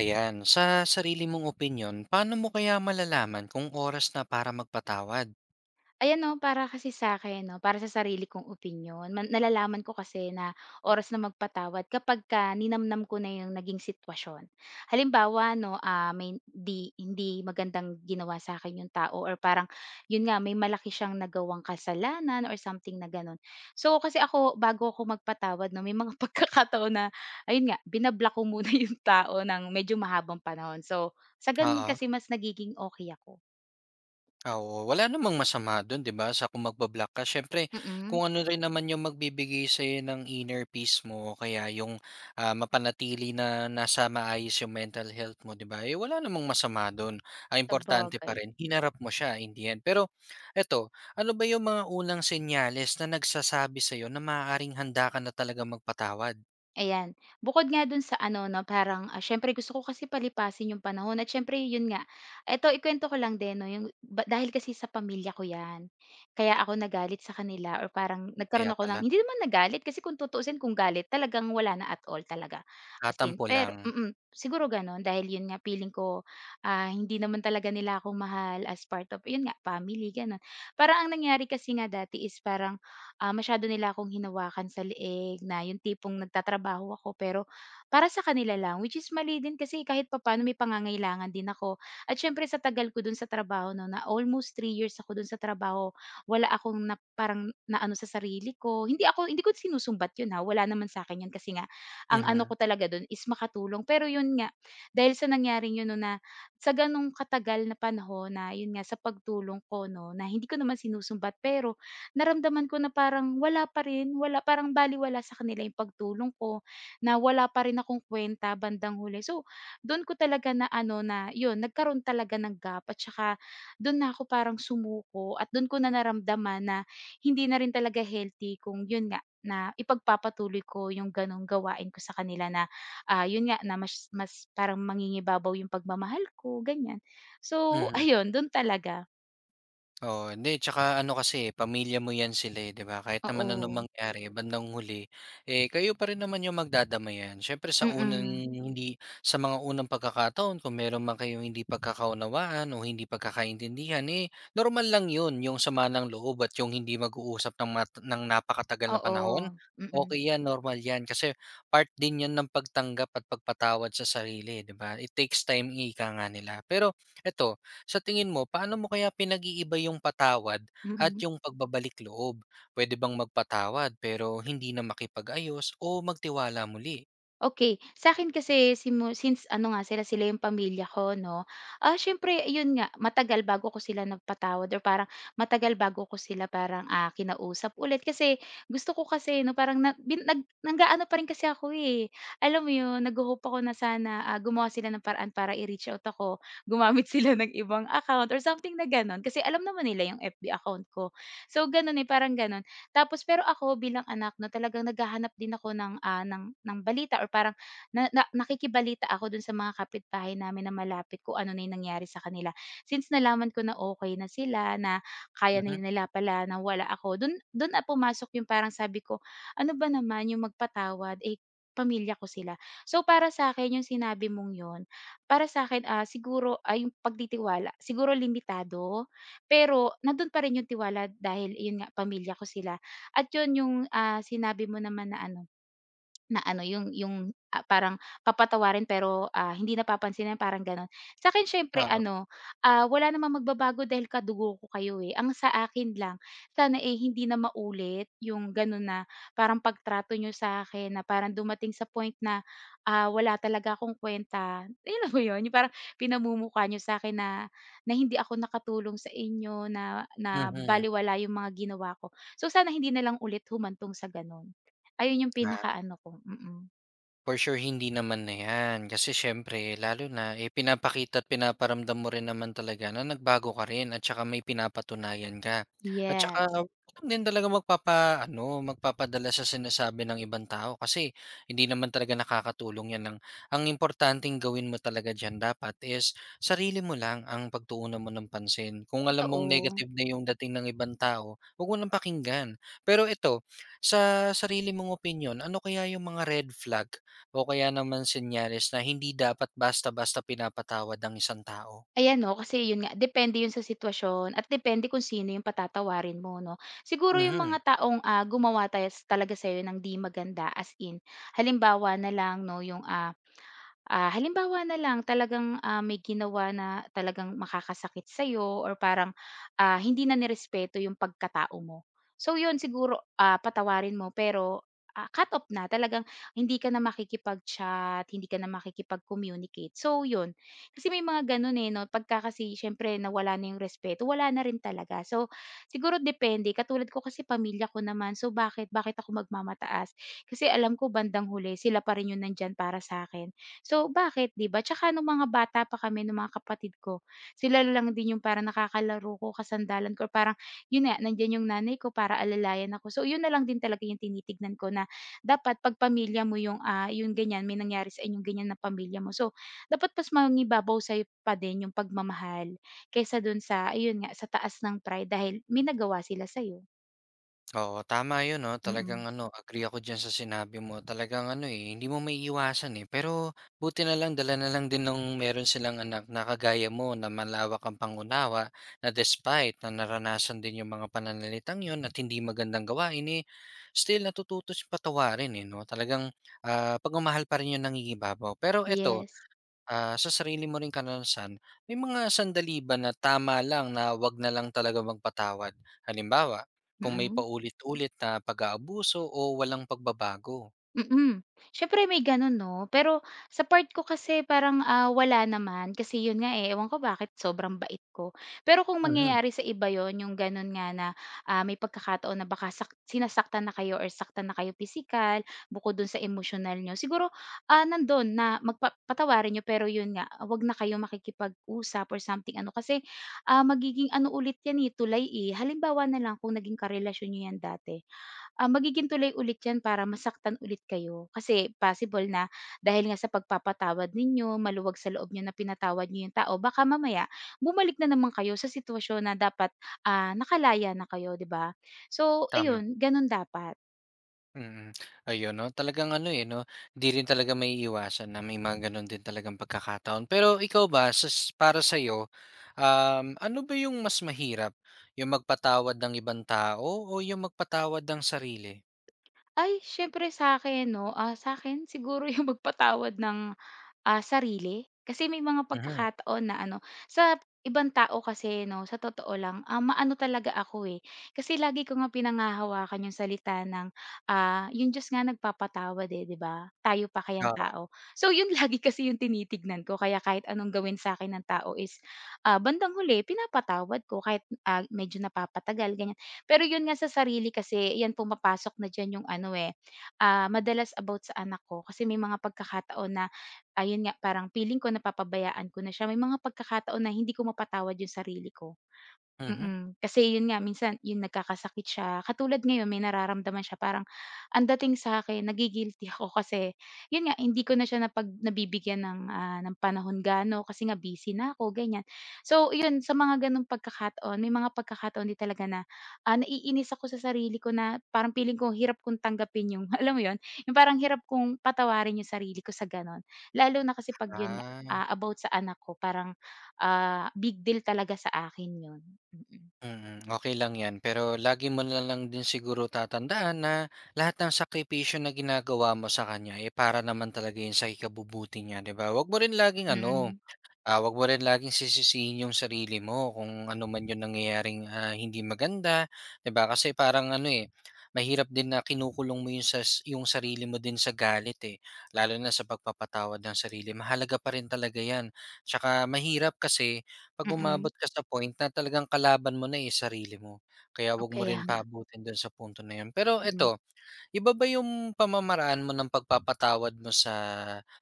Ayan, sa sarili mong opinyon, paano mo kaya malalaman kung oras na para magpatawad? Ayan 'no, para kasi sa'kin 'no, para sa sarili kong opinyon, nalalaman ko kasi na oras na magpatawad kapagka ninamnam ko na yung naging sitwasyon. Halimbawa 'no, may hindi magandang ginawa sa'kin yung tao or parang yun nga, may malaki siyang nagawang kasalanan or something na gano'n. So, kasi ako bago ako magpatawad 'no, may mga pagkakataon na ayun nga, binablock ko muna yung tao ng medyo mahabang panahon. So, sa gano'n Oo, kasi mas nagiging okey ako. oo. Wala namang masama do'n, 'di ba, sa kung magbablock ka. Siyempre, kung Mm, ano rin naman yung magbibigay ng inner peace mo o kaya yung, mapanatili na nasa maayos yung mental health mo, 'di ba, eh, wala namang masama do'n. Ang importante pa sabagay. rin, hinarap mo siya in the end. Pero eto, ano ba yung mga unang senyales na nagsasabi sa'yo na maaaring handa ka na talaga magpatawad? Ayan, bukod nga dun sa ano 'no, parang, siyempre gusto ko kasi palipasin yung panahon at siyempre yun nga, eto ikuwento ko lang din 'no, yung ba dahil kasi sa pamilya ko 'yan, kaya ako nagalit sa kanila or parang Kaya nagkaroon ako pala. ng hindi naman nagalit kasi kung tutuusin kung galit talagang wala na at all talaga, as in Tatampo lang. pero siguro gano'n dahil yun nga feeling ko, hindi naman talaga nila ako mahal as part of yun nga family gano'n. Parang ang nangyari kasi nga dati is parang masyado nila akong hinawakan sa leeg na yung tipong nagtatrabaho ako pero para sa kanila lang, which is mali din kasi kahit papaano may pangangailangan din ako. At syempre sa tagal ko dun sa trabaho no, na almost 3 years ako dun sa trabaho, wala akong na, parang naano sa sarili ko. Hindi ko sinusumbat yun ha. Wala naman sa akin yun kasi nga ang ano Mhm, ko talaga dun is makatulong. Pero yun nga, dahil sa nangyaring yun no, na sa ganong katagal na panahon na yun nga sa pagtulong ko no, na hindi ko naman sinusumbat pero naramdaman ko na parang wala pa rin, wala parang balewala sa kanila yung pagtulong ko, na wala pa rin akong kuwenta bandang huli. So, dun ko talaga na ano na yun, nagkaroon talaga ng gap at saka dun na ako parang sumuko at dun ko na naramdaman na hindi na rin talaga healthy kung yun nga, na ipagpapatuloy ko yung ganong gawain ko sa kanila na, yun nga na mas mas parang mangingibabaw yung pagmamahal ko, ganyan. So, mhm. ayun dun talaga, Oo, hindi tsaka ano kasi, eh, pamilya mo 'yan sila, eh, 'di ba? Kahit naman anong oo, mangyari bandang huli, eh, kayo pa rin naman yung magdadamayan. Siyempre sa unang mm. hindi sa mga unang pagkakataon kung meron man kayong hindi pagkakaunawaan o hindi pagkakaintindihan, eh, normal lang 'yun, yung sama ng loob at yung hindi mag-uusap ng mat ng napakatagal na Oo, panahon, mm, okay 'yan, normal 'yan. Kasi part din 'yan ng pagtanggap at pagpatawad sa sarili, eh, 'di ba? It takes time, ika nga nila. Pero eto. Sa tingin mo, paano mo kaya pinag-iiba yung patawad at mm. yung pagbabalik loob? Pwede bang magpatawad pero hindi na makipag-ayos o magtiwala muli? Okey, sa'kin kasi since ano nga sila sila yung pamilya ko 'no, siyempre yun nga matagal bago ko sila nagpatawad or parang matagal bago ko sila parang, kinausap ulit kasi gusto ko kasi 'no parang na bin nag nag-aano pa rin kasi ako, eh, alam mo yun nagho-hope ako na sana, gumawa sila ng paraan para i-reach out ako, gumamit sila ng ibang account or something na gano'n kasi alam naman nila yung FB account ko. So gano'n, eh, parang gano'n. Tapos pero ako bilang anak 'no, talagang naghahanap din ako ng, ah, ng balita or parang na na nakikibalita ako dun sa mga kapitbahay namin na malapit kung ano na yung nangyari sa kanila. Since nalaman ko na okay na sila, na kaya na Mhm. nila pala na wala ako, dun dun na pumasok yung parang sabi ko, "Ano ba naman yung magpatawad, eh, pamilya ko sila." So, para sa akin yung sinabi mong yon para sa akin siguro ay yung pagtitiwala, siguro limitado, pero nandun pa rin yung tiwala dahil yun nga, pamilya ko sila. At yun yung, sinabi mo naman na ano, na ano yung parang papatawarin pero, hindi napapansin na parang gano'n. Akin siyempre Oo, ano, wala namang magbabago dahil kadugo ko kayo, eh. Ang sa akin lang sana, eh, hindi na maulit yung gano'n na parang pagtrato niyo akin na parang dumating sa point na, wala talaga akong kuwenta. Eh, alam mo 'yun, yung parang pinamumukha niyo akin na na hindi ako nakatulong sa inyo, na na mhm. baliwala yung mga ginawa ko. So, sana hindi na lang ulit humantong sa gano'n. Ayun yung Ah. pinakaano ko, mm. For sure hindi naman na 'yan. Kasi siyempre lalo na, eh, pinapakita at pinaparamdam mo rin naman talaga na nagbago ka rin at saka may pinapatunayan ka. At Yes, saka huwag din talaga magpapa, ano magpapadala sa sinasabi ng ibang tao kasi hindi naman talaga nakakatulong 'yan ang importanteng gawin mo talaga diyan dapat is sarili mo lang ang pagtuunan mo ng pansin. Kung alam mong totoo. negative na yung dating ng ibang tao, huwag mo nang pakinggan. Pero ito, sa sarili mong opinyon, ano kaya yung mga red flag o kaya naman senyales na hindi dapat basta-basta pinapatawad ng isang tao? Ayan 'no, kasi yun nga depende yun sa sitwasyon at depende kung sino yung patatawarin mo 'no. Siguro yung mga Mhm. taong, gumawa tayo talaga sa'yo ng 'di maganda as in, halimbawa na lang 'no yung, halimbawa na lang talagang, may ginawa na talagang makakasakit sa'yo or parang, hindi na nirespeto yung pagkatao mo. So yun siguro, patawarin mo pero, cut off na talagang hindi ka na makikipag-chat, hindi ka na makikipag-communicate. So yun, kasi may mga gano'n, eh, 'no, pagka kasi siyempre nawala na yung respeto, wala na rin talaga. So siguro depende, katulad ko kasi pamilya ko naman, so bakit bakit ako magmamataas? Kasi alam ko bandang huli sila pa rin yung nandiyan para sa akin. So, bakit 'di ba? Tsaka nung mga bata pa kami nung mga kapatid ko, sila lang din yung parang nakakalaro ko, kasandalan ko, parang yun nga, nandiyan yung nanay ko para alalayan ako. So, yun na lang din talaga yung tinitignan ko na dapat 'pag pamilya mo yung ganyan, may nangyari sa inyong ganyan na pamilya mo. So, dapat mas mangingibabaw sa'yo pa din yung pagmamahal kaysa dun sa ayun nga, sa taas ng pride dahil may nagawa sila sa'yo. Oo, tama 'yun 'no, talagang Mm. ano, agree ako diyan sa sinabi mo. Talagang ano, eh, hindi mo maiiwasan, eh. Pero buti na lang dala na lang din nung meron silang anak na kagaya mo na malawak ang pangunawa, na despite na naranasan din 'yung mga pananalitang 'yun at hindi magandang gawain, eh, still natututo siyang patawarin, eh, 'no. Talagang, pagmamahal pa rin 'yung nangingibabaw. Pero eto. Yes. Sa sarili mo ring karanasan, may mga sandali ba na tama lang na 'wag na lang talaga magpatawad? Halimbawa, kung may Mm. paulit-ulit na pag-aabuso o walang pagbabago? Mm. Siyempre may gano'n 'no, pero sa part ko kasi parang, wala naman kasi 'yun nga, eh, ewan ko bakit sobrang bait ko. Pero kung Mhm, mangyayari sa iba 'yun, yung gano'n nga na, may pagkakataon na baka sinasaktan na kayo or saktan na kayo pisikal, bukod dun sa emosyonal niyo, siguro, nandun na patawarin niyo pero 'yun nga, wag na kayong makikipag-usap or something ano kasi, magiging ano ulit 'yan, eh, tulay, eh. Halimbawa na lang kung naging karelasyon niyo 'yan dati. Magiging tuloy ulit 'yan para masaktan ulit kayo. Kasi possible na dahil nga sa pagpapatawad ninyo, maluwag sa loob niyo na pinatawad niyo 'yung tao, baka mamaya bumalik na naman kayo sa sitwasyon na dapat, nakalaya na kayo, 'di ba? So tama, ayun, gano'n dapat. mm. Ayun 'no, talagang ano, eh, 'no, 'di rin talaga may iwasan na may mga gano'n din talagang pagkakataon. Pero ikaw ba para sa'yo, ano ba yung mas mahirap, yung magpatawad ng ibang tao o yung magpatawad ng sarili? Ay, syempre sa akin, 'no, sa akin siguro 'yung magpatawad ng sarili. Kasi may mga Mhm, pagkakataon na ano, sa ibang tao kasi 'no, sa totoo lang, maano talaga ako, eh. Kasi lagi ko nga pinangahawakan yung salita ng, yung Diyos nga nagpapatawad, eh, 'di ba? Tayo pa kayang oo, tao. So, yun lagi kasi yung tinitignan ko kaya kahit anong gawin sa'kin ng tao is, bandang huli pinapatawad ko kahit, medyo napapatagal, ganyan. Pero yun nga sa sarili kasi, yan pumapasok na diyan yung ano, eh, madalas about sa anak ko. Kasi may mga pagkakataon na ayun nga, parang feeling ko napapabayaan ko na siya. May mga pagkakataon na hindi ko mapatawad yung sarili ko. mhm, Kasi yun nga minsan yun nagkakasakit siya, katulad ngayon may nararamdaman siya parang ang dating sa'kin nagi-guilty ako kasi yun nga hindi ko na siya nabibigyan ng, ng panahon gaano kasi nga busy na ako ganyan. So yun sa mga ganong pagkakataon may mga pagkakataon din talaga na, naiinis ako sa sarili ko na parang piling ko hirap kong tanggapin yung alam mo yun, yung parang hirap kong patawarin yung sarili ko sa gano'n. Lalo na kasi 'pag yun nga, ah. About sa anak ko parang, big deal talaga sa akin yun. Mm, Mm, okay lang 'yan, pero lagi mo na lang din siguro tatandaan na lahat ng sakripisyo na ginagawa mo sa kanya, eh, para naman talaga 'yun sa ikabubuti niya, 'di ba? Huwag mo rin laging ano, mm, wag mo rin laging sisisihin yung sarili mo kung ano man yung nangyayaring, hindi maganda, 'di ba? Kasi parang ano, eh, mahirap din na kinukulong mo yung yung sarili mo din sa galit, eh, lalo na sa pagpapatawad ng sarili. Mahalaga pa rin talaga 'yan. Tsaka mahirap kasi 'pag mm. umabot ka sa point na talagang kalaban mo na, eh, sarili mo. Kaya O wag mo kaya rin nga, paabutin dun sa punto na yun. Pero mm, eto. Iba ba yung pamamaraan mo ng pagpapatawad mo sa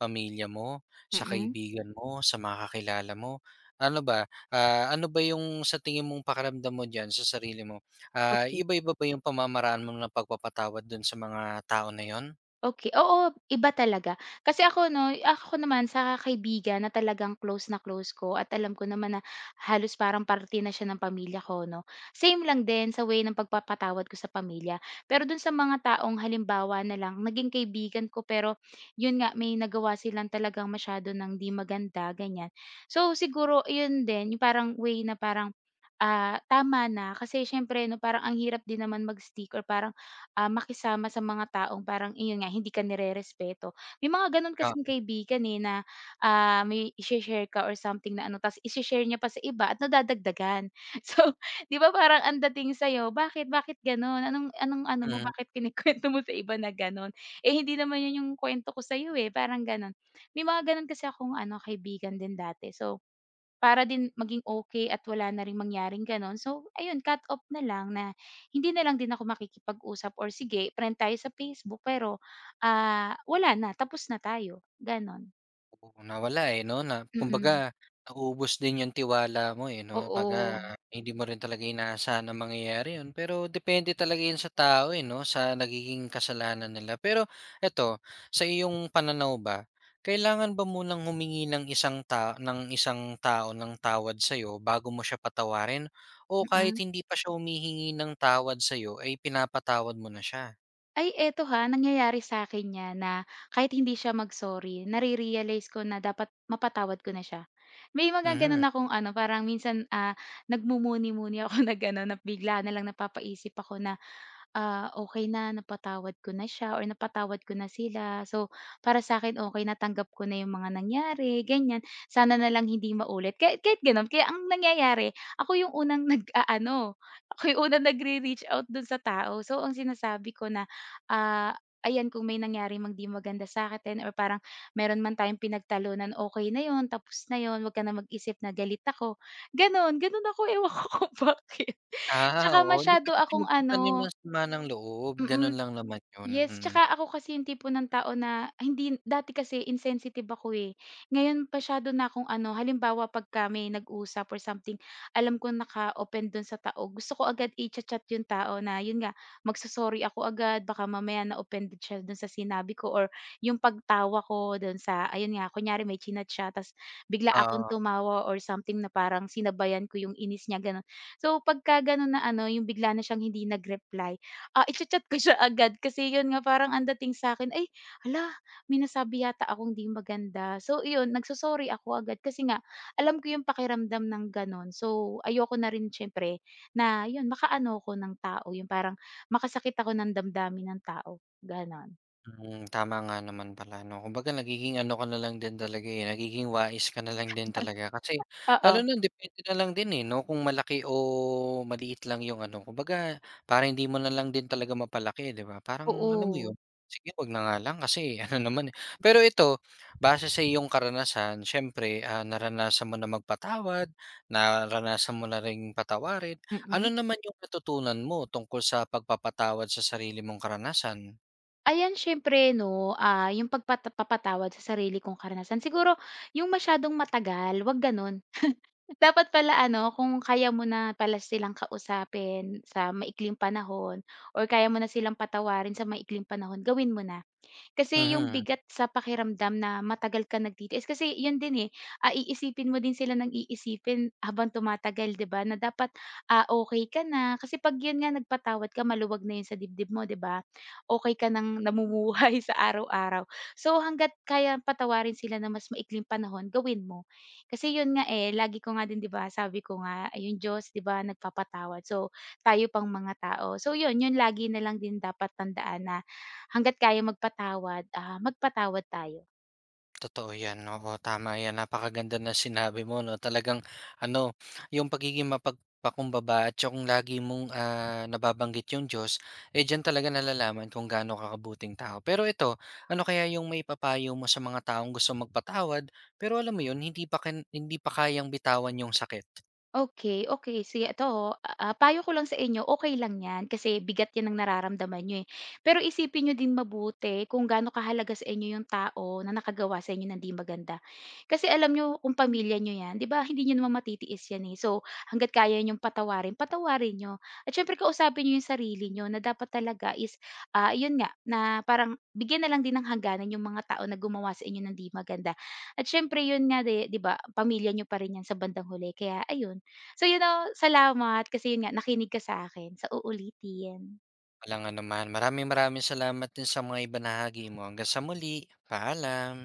pamilya mo, sa mm. kaibigan mo, sa mga kakilala mo? Ano ba yung sa tingin mong pakiramdam mo diyan sa sarili mo? Ok Iba-iba ba yung pamamaraan mo ng pagpapatawad dun sa mga tao na yun? Okay, oo, iba talaga. Kasi ako 'no, ako naman sa kaibigan na talagang close na close ko at alam ko naman na halos parang parte na siya ng pamilya ko 'no. Same lang din sa way ng pagpapatawad ko sa pamilya. Pero dun sa mga taong halimbawa na lang naging kaibigan ko pero yun nga may nagawa silang talagang masyado ng 'di maganda, ganyan. So siguro yun din, yung parang way na parang, tama na kasi siyempre 'no, parang ang hirap din naman mag-stick or parang makisama sa mga taong parang iyon nga hindi ka nirerespeto. May mga gano'n kasing Oh, kaibigan, eh, na, may i share ka or something na ano ta's i share niya pa sa iba at nadadagdagan. So, 'di ba parang ang dating sa'yo, "Bakit, bakit gano'n? Anong anong ano mo, mhm. bakit kinukuwento mo sa iba na gano'n? Eh, hindi naman 'yun yung kuwento ko sa'yo, eh," parang gano'n. May mga gano'n kasi akong ano kaibigan din dati. So, para din maging okay at wala na ring mangyaring gano'n, so ayun cut off na lang na hindi na lang din ako makikipag-usap or sige friend tayo sa Facebook pero, wala na tapos na tayo, gano'n. Oo, nawala, eh, 'no, na kumbaga Mm, naubos din yung tiwala mo, eh, 'no, pagka oo, hindi mo rin talaga inaasahan na mangyayari yun. Pero depende talaga yun sa tao, eh, 'no, sa nagiging kasalanan nila. Pero eto, sa iyong pananaw ba, kailangan ba munang humingi ng isang tao ng tawad sa sa'yo bago mo siya patawarin o kahit mm. hindi pa siya humihingi ng tawad sa sa'yo ay pinapatawad mo na siya? Ay eto ha, nangyayari sa akin 'yan na kahit hindi siya mag-sorry nare-realize ko na dapat mapatawad ko na siya. May mga gano'n Mhm. akong ano parang minsan, nagmumuni-muni ako na gano'n na bigla na lang napapaisip ako na, okey na napatawad ko na siya or napatawad ko na sila. So, para sa'kin okey na tanggap ko na 'yung mga nangyari ganiyan, sana na lang hindi maulit kahit kahit gano'n. Kaya ang nangyayari ako 'yung unang nag-aano, ako 'yung unang nagre-reach out do'n sa tao. So, ang sinasabi ko na ah, ayan kung may nangyari mang 'di maganda sa sa'tin or parang meron man tayong pinagtalunan, okay na yon tapos na yon huwag ka na mag-isip na galit ako, gano'n. Gano'n ako, ewan ko kung bakit. Ah, Tsaka oo, hindi ka masyado kasi akong magpagtanim ano ng sama ng loob, gano'n mm, lang naman 'yun, yes, mm, tsaka ako kasi yung tipo ng tao na hindi dati kasi insensitive ako, eh. Ngayon masyado na akong ano, halimbawa pag kami nag-usap or something, alam kong naka-open dun sa tao, gusto ko agad i chat yung tao na yun nga, magso ako agad baka mamaya na-offended siya dun sa sinabi ko or yung pagtawa ko dun sa ayun nga, kunyari may chinat siya ta's bigla akong oo. tumawa or something na parang sinabayan ko yung inis niya, gano'n. So, pagka gano'n na ano, yung bigla na siyang hindi nag-reply. Icha-chat ko siya agad kasi yun nga parang ang dating sa akin. "Ay hala, may nasabi yata akong 'di maganda." So iyon, nagso ako agad kasi nga alam ko yung pakiramdam ng gano'n. So ayoko na rin siyempre na yun makaano ko ng tao, yung parang makasakit ako ng damdamin ng tao, gano'n. Mm, tama nga naman pala 'no. Kumbaga nagiging ano ka na lang din talaga, eh, nagiging wais ka na lang din talaga. Kasi lalo Oo, na depende na lang din, eh, 'no, kung malaki o maliit lang yung ano, kumbaga parang hindi mo na lang din talaga mapalaki, 'di ba? Parang alam mo yun, oo, sige 'wag na nga lang kasi ano naman, eh. Pero ito, base sa iyong karanasan siyempre, naranasan mo na magpatawad, naranasan mo na ring patawarin. Ano mm. naman yung natutunan mo tungkol sa pagpapatawad sa sarili mong karanasan? Ayan siyempre 'no, yung sa sarili kong karanasan. Siguro yung masyadong matagal, 'wag gano'n. Dapat pala ano, kung kaya mo na pala silang kausapin sa maikling panahon or kaya mo na silang patawarin sa maikling panahon, gawin mo na. Kasi yung Mhm. bigat sa pakiramdam na matagal ka nagtitiis kasi yun din, eh, iisipin mo din sila ng iisipin habang tumatagal, 'di ba, na dapat, okay ka na. Kasi 'pag yun nga nagpatawad ka maluwag na yun sa dibdib mo, 'di ba? Okay ka ng namumuhay sa araw-araw. So, hangga't kaya patawarin sila na mas maikling panahon, gawin mo. Kasi yun nga, eh, lagi ko nga din, 'di ba, sabi ko nga, ay, yung Diyos, 'di ba, nagpapatawad. So, tayo pang mga tao. So, yun, yun lagi na lang din dapat tandaan na hangga't kaya magpatawad, magpatawad tayo. Totoo 'yan, oo, tama 'yan. Napakaganda na sinabi mo 'no, talagang ano, yung pagiging mapagpakumbaba at yung lagi mong, nababanggit yung Diyos, eh, diyan talaga nalalaman kung gaano ka kabuting tao. Pero ito, ano kaya yung may maipapayo mo sa mga taong gusto magpatawad, pero alam mo yun, hindi pa kayang bitawan yung sakit? Okay, okay, sige ito, ho, payo ko lang sa inyo, okay lang 'yan kasi bigat 'yan ng nararamdaman niyo, eh. Pero isipin niyo din mabuti kung gaano kahalaga sa inyo yung tao na nakagawa sa inyo ng di maganda. Kasi alam niyo kung pamilya niyo 'yan, 'di ba, hindi niyo naman matitiis 'yan, eh. So, hangga't kaya niyong patawarin, patawarin niyo. At siyempre kausapin niyo yung sarili niyo na dapat talaga is, yun nga, na parang bigyan na lang din ng hangganan yung mga tao na gumawa sa inyo ng di maganda. At siyempre yun nga, di di ba, pamilya niyo pa rin 'yan sa bandang huli kaya ayun, so, salamat kasi yun nga nakinig ka sa akin sa uulitin. Walang naman. Maraming maraming salamat din sa mga ibinahagi mo. Hanggang sa muli, paalam.